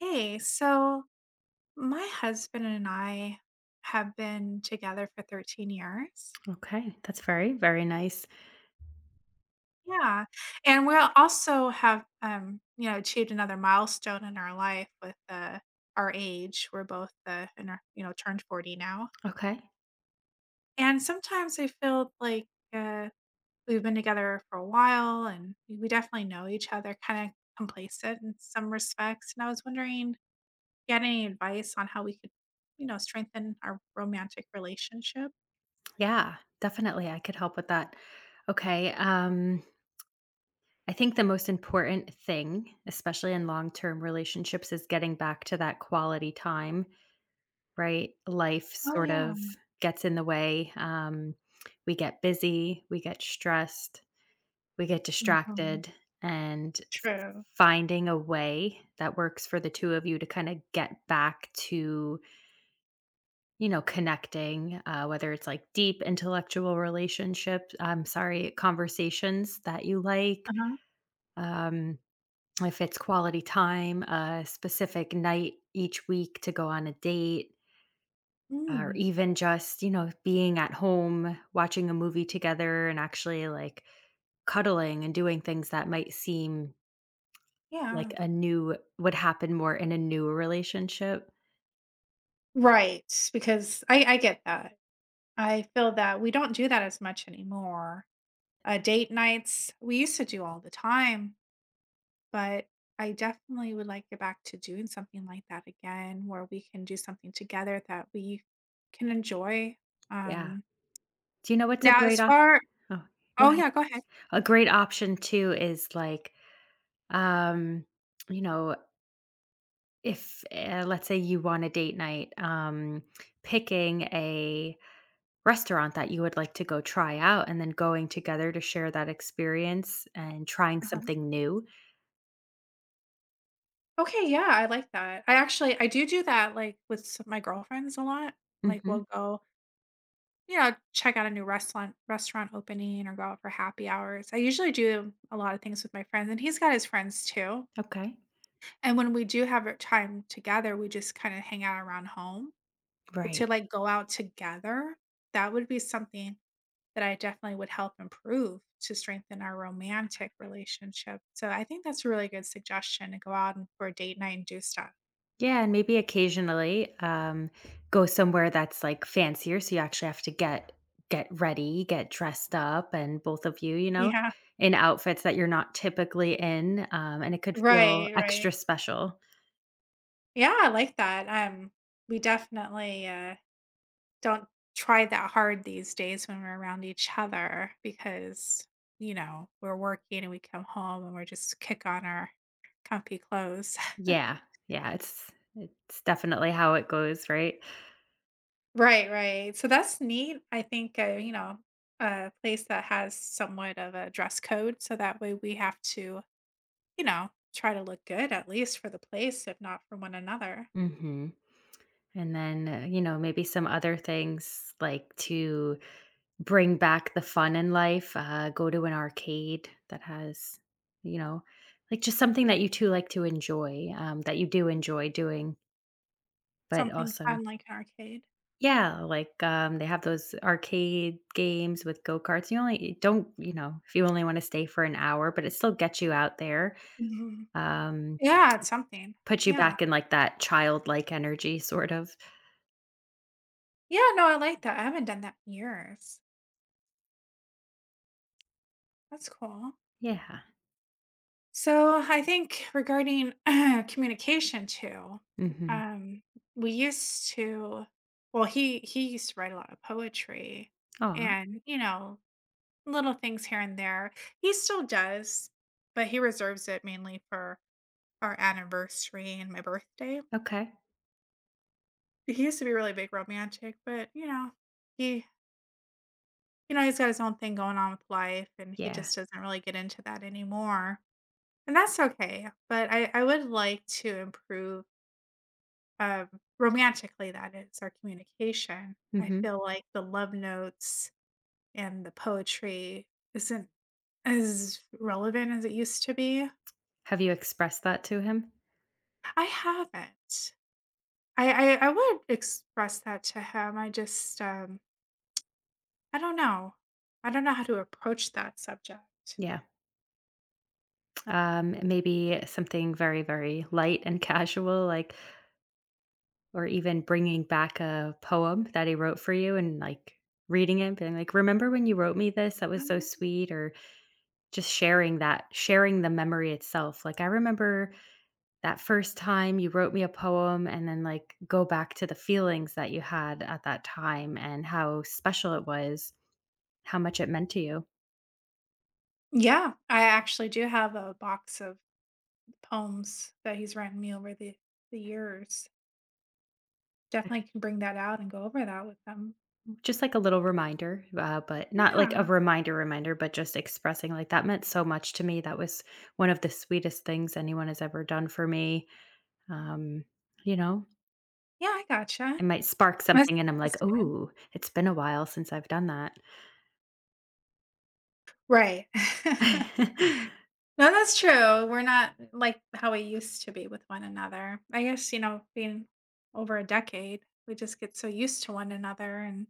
Hey, so my husband and I have been together for 13 years. Okay, that's very, very nice. Yeah. And we also have achieved another milestone in our life with our age. We're both in our turned 40 now. Okay. And sometimes I feel like uh we've been together for a while and we definitely know each other, kind of complacent in some respects. And I was wondering, get any advice on how we could, you know, strengthen our romantic relationship? Yeah, definitely I could help with that. Okay, I think the most important thing, especially in long-term relationships, is getting back to that quality time, right? Life Oh, sort yeah. of gets in the way. We get busy, we get stressed, we get Mhm. distracted, and True. finding a way that works for the two of you to kind of get back to connecting, whether it's like deep intellectual relationships, I'm sorry, conversations that you like, Uh-huh. um, if it's quality time, a specific night each week to go on a date, or Mm, even just, you know, being at home, watching a movie together and actually like cuddling and doing things that might seem yeah. like a new would happen more in a new relationship. Right, because I get that. I feel that we don't do that as much anymore. Date nights, we used to do all the time, but I definitely would like to get back to doing something like that again, where we can do something together that we can enjoy. Yeah. Um, Do you know what's a now as great far. oh, go Oh, ahead. yeah, go ahead. A great option too is like um you know if let's say you want a date night, picking a restaurant that you would like to go try out, and then going together to share that experience and trying Uh-huh. something new. Okay, yeah, I like that. I actually I do do that, like, with s my girlfriends a lot. Like, Hmm. we'll go. You know, check out a new restaurant opening or go out for happy hours. I usually do a lot of things with my friends, and he's got his friends too. Okay. And when we do have our time together, we just kind of hang out around home. But to Right. like go out together, that would be something that I definitely would help improve to strengthen our romantic relationship. So I think that's a really good suggestion to go out and for a date night and do stuff. Yeah, and maybe occasionally go somewhere that's like fancier, so you actually have to get ready, get dressed up, and both of you, you know, Yeah. in outfits that you're not typically in, and it could feel Right, right. extra special. Yeah, I like that. We definitely don't try that hard these days when we're around each other because, you know, we're working and we come home and we're just kick on our comfy clothes. Yeah, yeah, it's definitely how it goes, right? Right, right. So that's neat. I think, you know, a place that has somewhat of a dress code. So that way we have to, you know, try to look good at least for the place, if not for one another. Mhm. And then, you know, maybe some other things like to bring back the fun in life, go to an arcade that has, you know, like just something that you 2 like to enjoy, that you do enjoy doing, but Something also fun like an arcade. yeah, like, they have those arcade games with go-karts. You don't, you know, if you only wanna stay for an hour, but it still gets you out there. Mhm. Um, Yeah, it's something. put you Yeah. back in, like, that childlike energy, sort of. Yeah. No, I like that. I haven't done that in years. That's cool. Yeah. So I think regarding communication too, Mhm. um, we used to, well, he used to write a lot of poetry, Aw. and you know, little things here and there. He still does, but he reserves it mainly for our anniversary and my birthday. Okay. He used to be really big romantic, but you know, he, you know, he's got his own thing going on with life, and he Yeah. just doesn't really get into that anymore. And that's okay, but I would like to improve. Um, romantically, that is our communication. I Mhm. feel like the love notes and the poetry isn't as relevant as it used to be. Have you expressed that to him? I haven't. I would express that to him. I just I don't know. I don't know how to approach that subject. Yeah. Maybe something very, very light and casual, like, or even bringing back a poem that he wrote for you and, like, reading it, being like, "Remember when you wrote me this? That was so Um, sweet," or just sharing the memory itself, like, "I remember that first time you wrote me a poem," and then, like, go back to the feelings that you had at that time and how special it was, how much it meant to you. Yeah, I actually do have a box of poems that he's written me over the years. Definitely can bring that out and go over that with them. Just like a little reminder, but not like Yeah. a reminder reminder, but just expressing, like, "That meant so much to me. That was one of the sweetest things anyone has ever done for me." Um, you know? Yeah, I gotcha. It might spark That's something and I'm that's like, good. "Ooh, it's been a while since I've done that." Right. No, that's true. We're not like how we used to be with one another. I guess, you know, being over a decade, we just get so used to one another and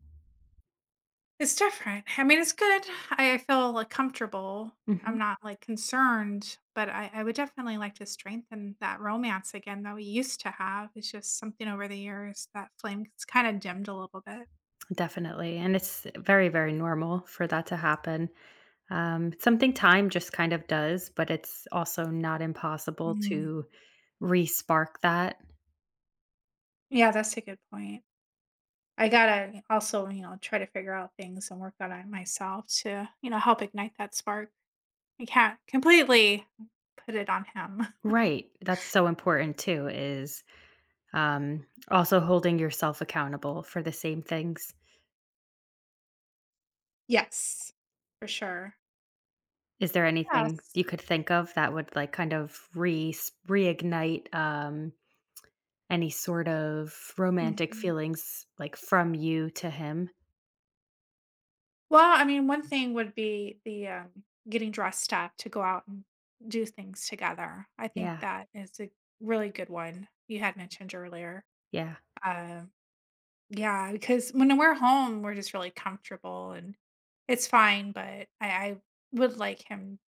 it's different. I mean, it's good. I feel, like, comfortable. I'm Mhm. not, like, concerned, but I would definitely like to strengthen that romance again that we used to have. It's just something over the years that flame it's kinda dimmed a little bit. Definitely, and it's very, very normal for that to happen. Something time just kind of does, but it's also not impossible Mhm. to re-spark that. Yeah, that's a good point. I gotta also, you know, try to figure out things and work on it myself to, you know, help ignite that spark. I can't completely put it on him. Right. That's so important too, is um, also holding yourself accountable for the same things. Yes, for sure. Is there anything Yes. you could think of that would like kind of re reignite, any sort of romantic Mhm. feelings like from you to him? Well, I mean, one thing would be the getting dressed up to go out and do things together. I think Yeah. that is a really good one you had mentioned earlier. Yeah. Uh, yeah, because when we're home, we're just really comfortable and it's fine. But I would like him.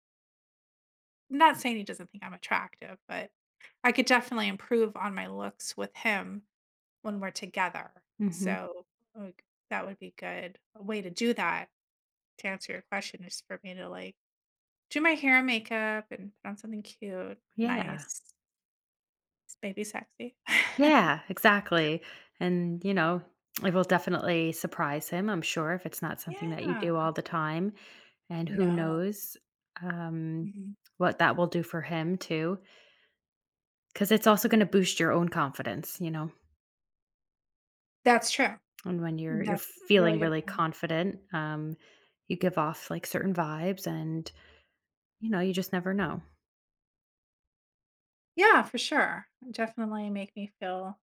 I'm not saying he doesn't think I'm attractive, but I could definitely improve on my looks with him when we're together. Hmm. So like, that would be good. A way to do that, to answer your question, is for me to like do my hair and makeup and put on something cute, Yeah. nice, maybe sexy. Yeah, exactly. And, you know, it will definitely surprise him, I'm sure, if it's not something that you Yeah. do all the time. And who No. knows, um, Mhm. what that will do for him too, because it's also going to boost your own confidence, you know. That's true. And when you're That's a really feeling good really point. confident, you give off like certain vibes, and you know, you just never know. Yeah, for sure. Definitely make me feel,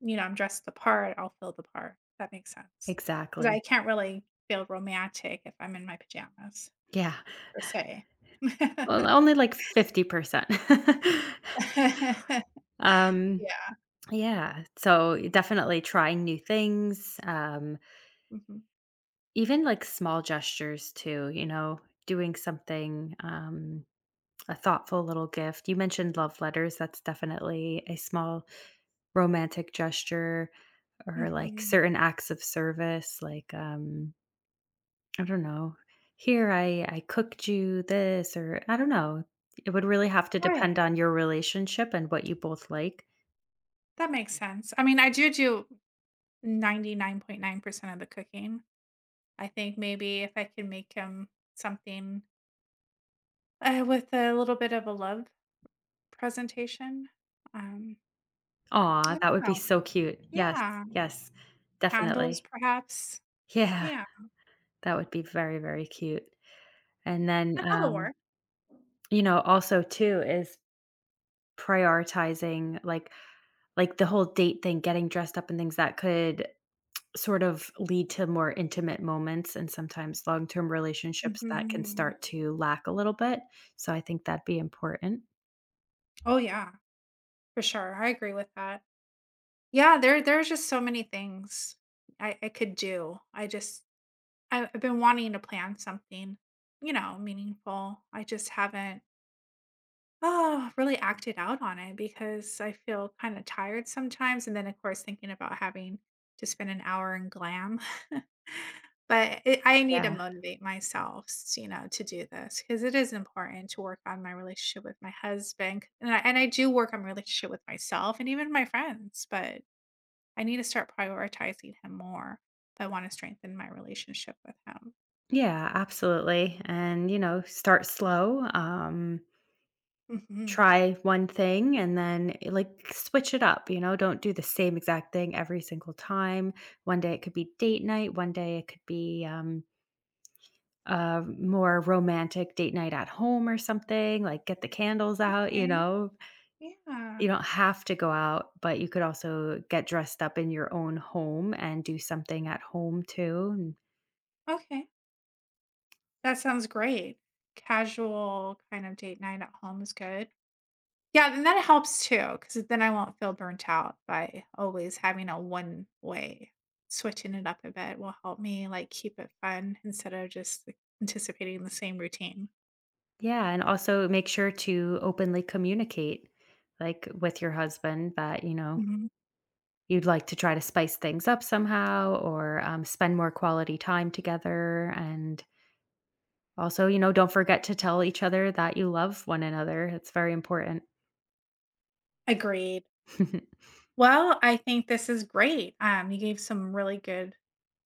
you know, I'm dressed the part, I'll feel the part. That makes sense because I Exactly. can't really feel romantic if I'm in my pajamas Yeah. per se. Well, only like 50%. um, Yeah. Yeah. So definitely trying new things, Mhm. even like small gestures too, you know, doing something, a thoughtful little gift. You mentioned love letters. That's definitely a small romantic gesture, or like Mhm. certain acts of service, like, I don't know, here I cooked you this, or I don't know. It would really have to Right. depend on your relationship and what you both like. That makes sense. I mean, I do do 99.9% of the cooking. I think maybe if I can make him something, with a little bit of a love presentation, um, Aw, I don't that would be know. so cute. Yes, Yeah. yes, Handles, definitely. perhaps? Yeah, Yeah, that would be very, very cute. And then, yeah, that'll work. you know, also too is prioritizing like the whole date thing, getting dressed up and things that could sort of lead to more intimate moments, and sometimes long-term relationships that can Mhm. start to lack a little bit. So I think that'd be important. Oh, yeah, for sure, I agree with that. Yeah, there's just so many things I could do. I just I've been wanting to plan something, you know, meaningful. I just haven't. Oh, really acted out on it because I feel kinda tired sometimes, and then, of course, thinking about having to spend an hour in glam. But it I need Yeah. to motivate myself, s you know, to do this because it is important to work on my relationship with my husband, and I do work on my relationship with myself and even my friends, but I need to start prioritizing him more if I wanna strengthen my relationship with him. Yeah, absolutely. And, you know, start slow. Mhm. Try one thing, and then, eh, like, switch it up, you know, don't do the same exact thing every single time. One day it could be date night, one day it could be, a more romantic date night at home or something, like, get the candles out, you Okay. know? Yeah. You don't have to go out, but you could also get dressed up in your own home and do something at home too, and Okay. That sounds great. Casual kind of date night at home is good. Yeah, then that helps too because then I won't feel burnt out by always having a one way. Switching it up a bit will help me, like, keep it fun instead of just, like, anticipating the same routine. yeah, and also make sure to openly communicate, like, with your husband that, you know, Mhm. you'd like to try to spice things up somehow, or spend more quality time together. And also, you know, don't forget to tell each other that you love one another. It's very important. Agreed. Well, I think this is great. You gave some really good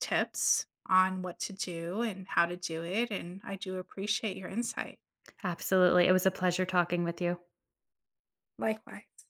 tips on what to do and how to do it, and I do appreciate your insight. Absolutely. It was a pleasure talking with you. Likewise.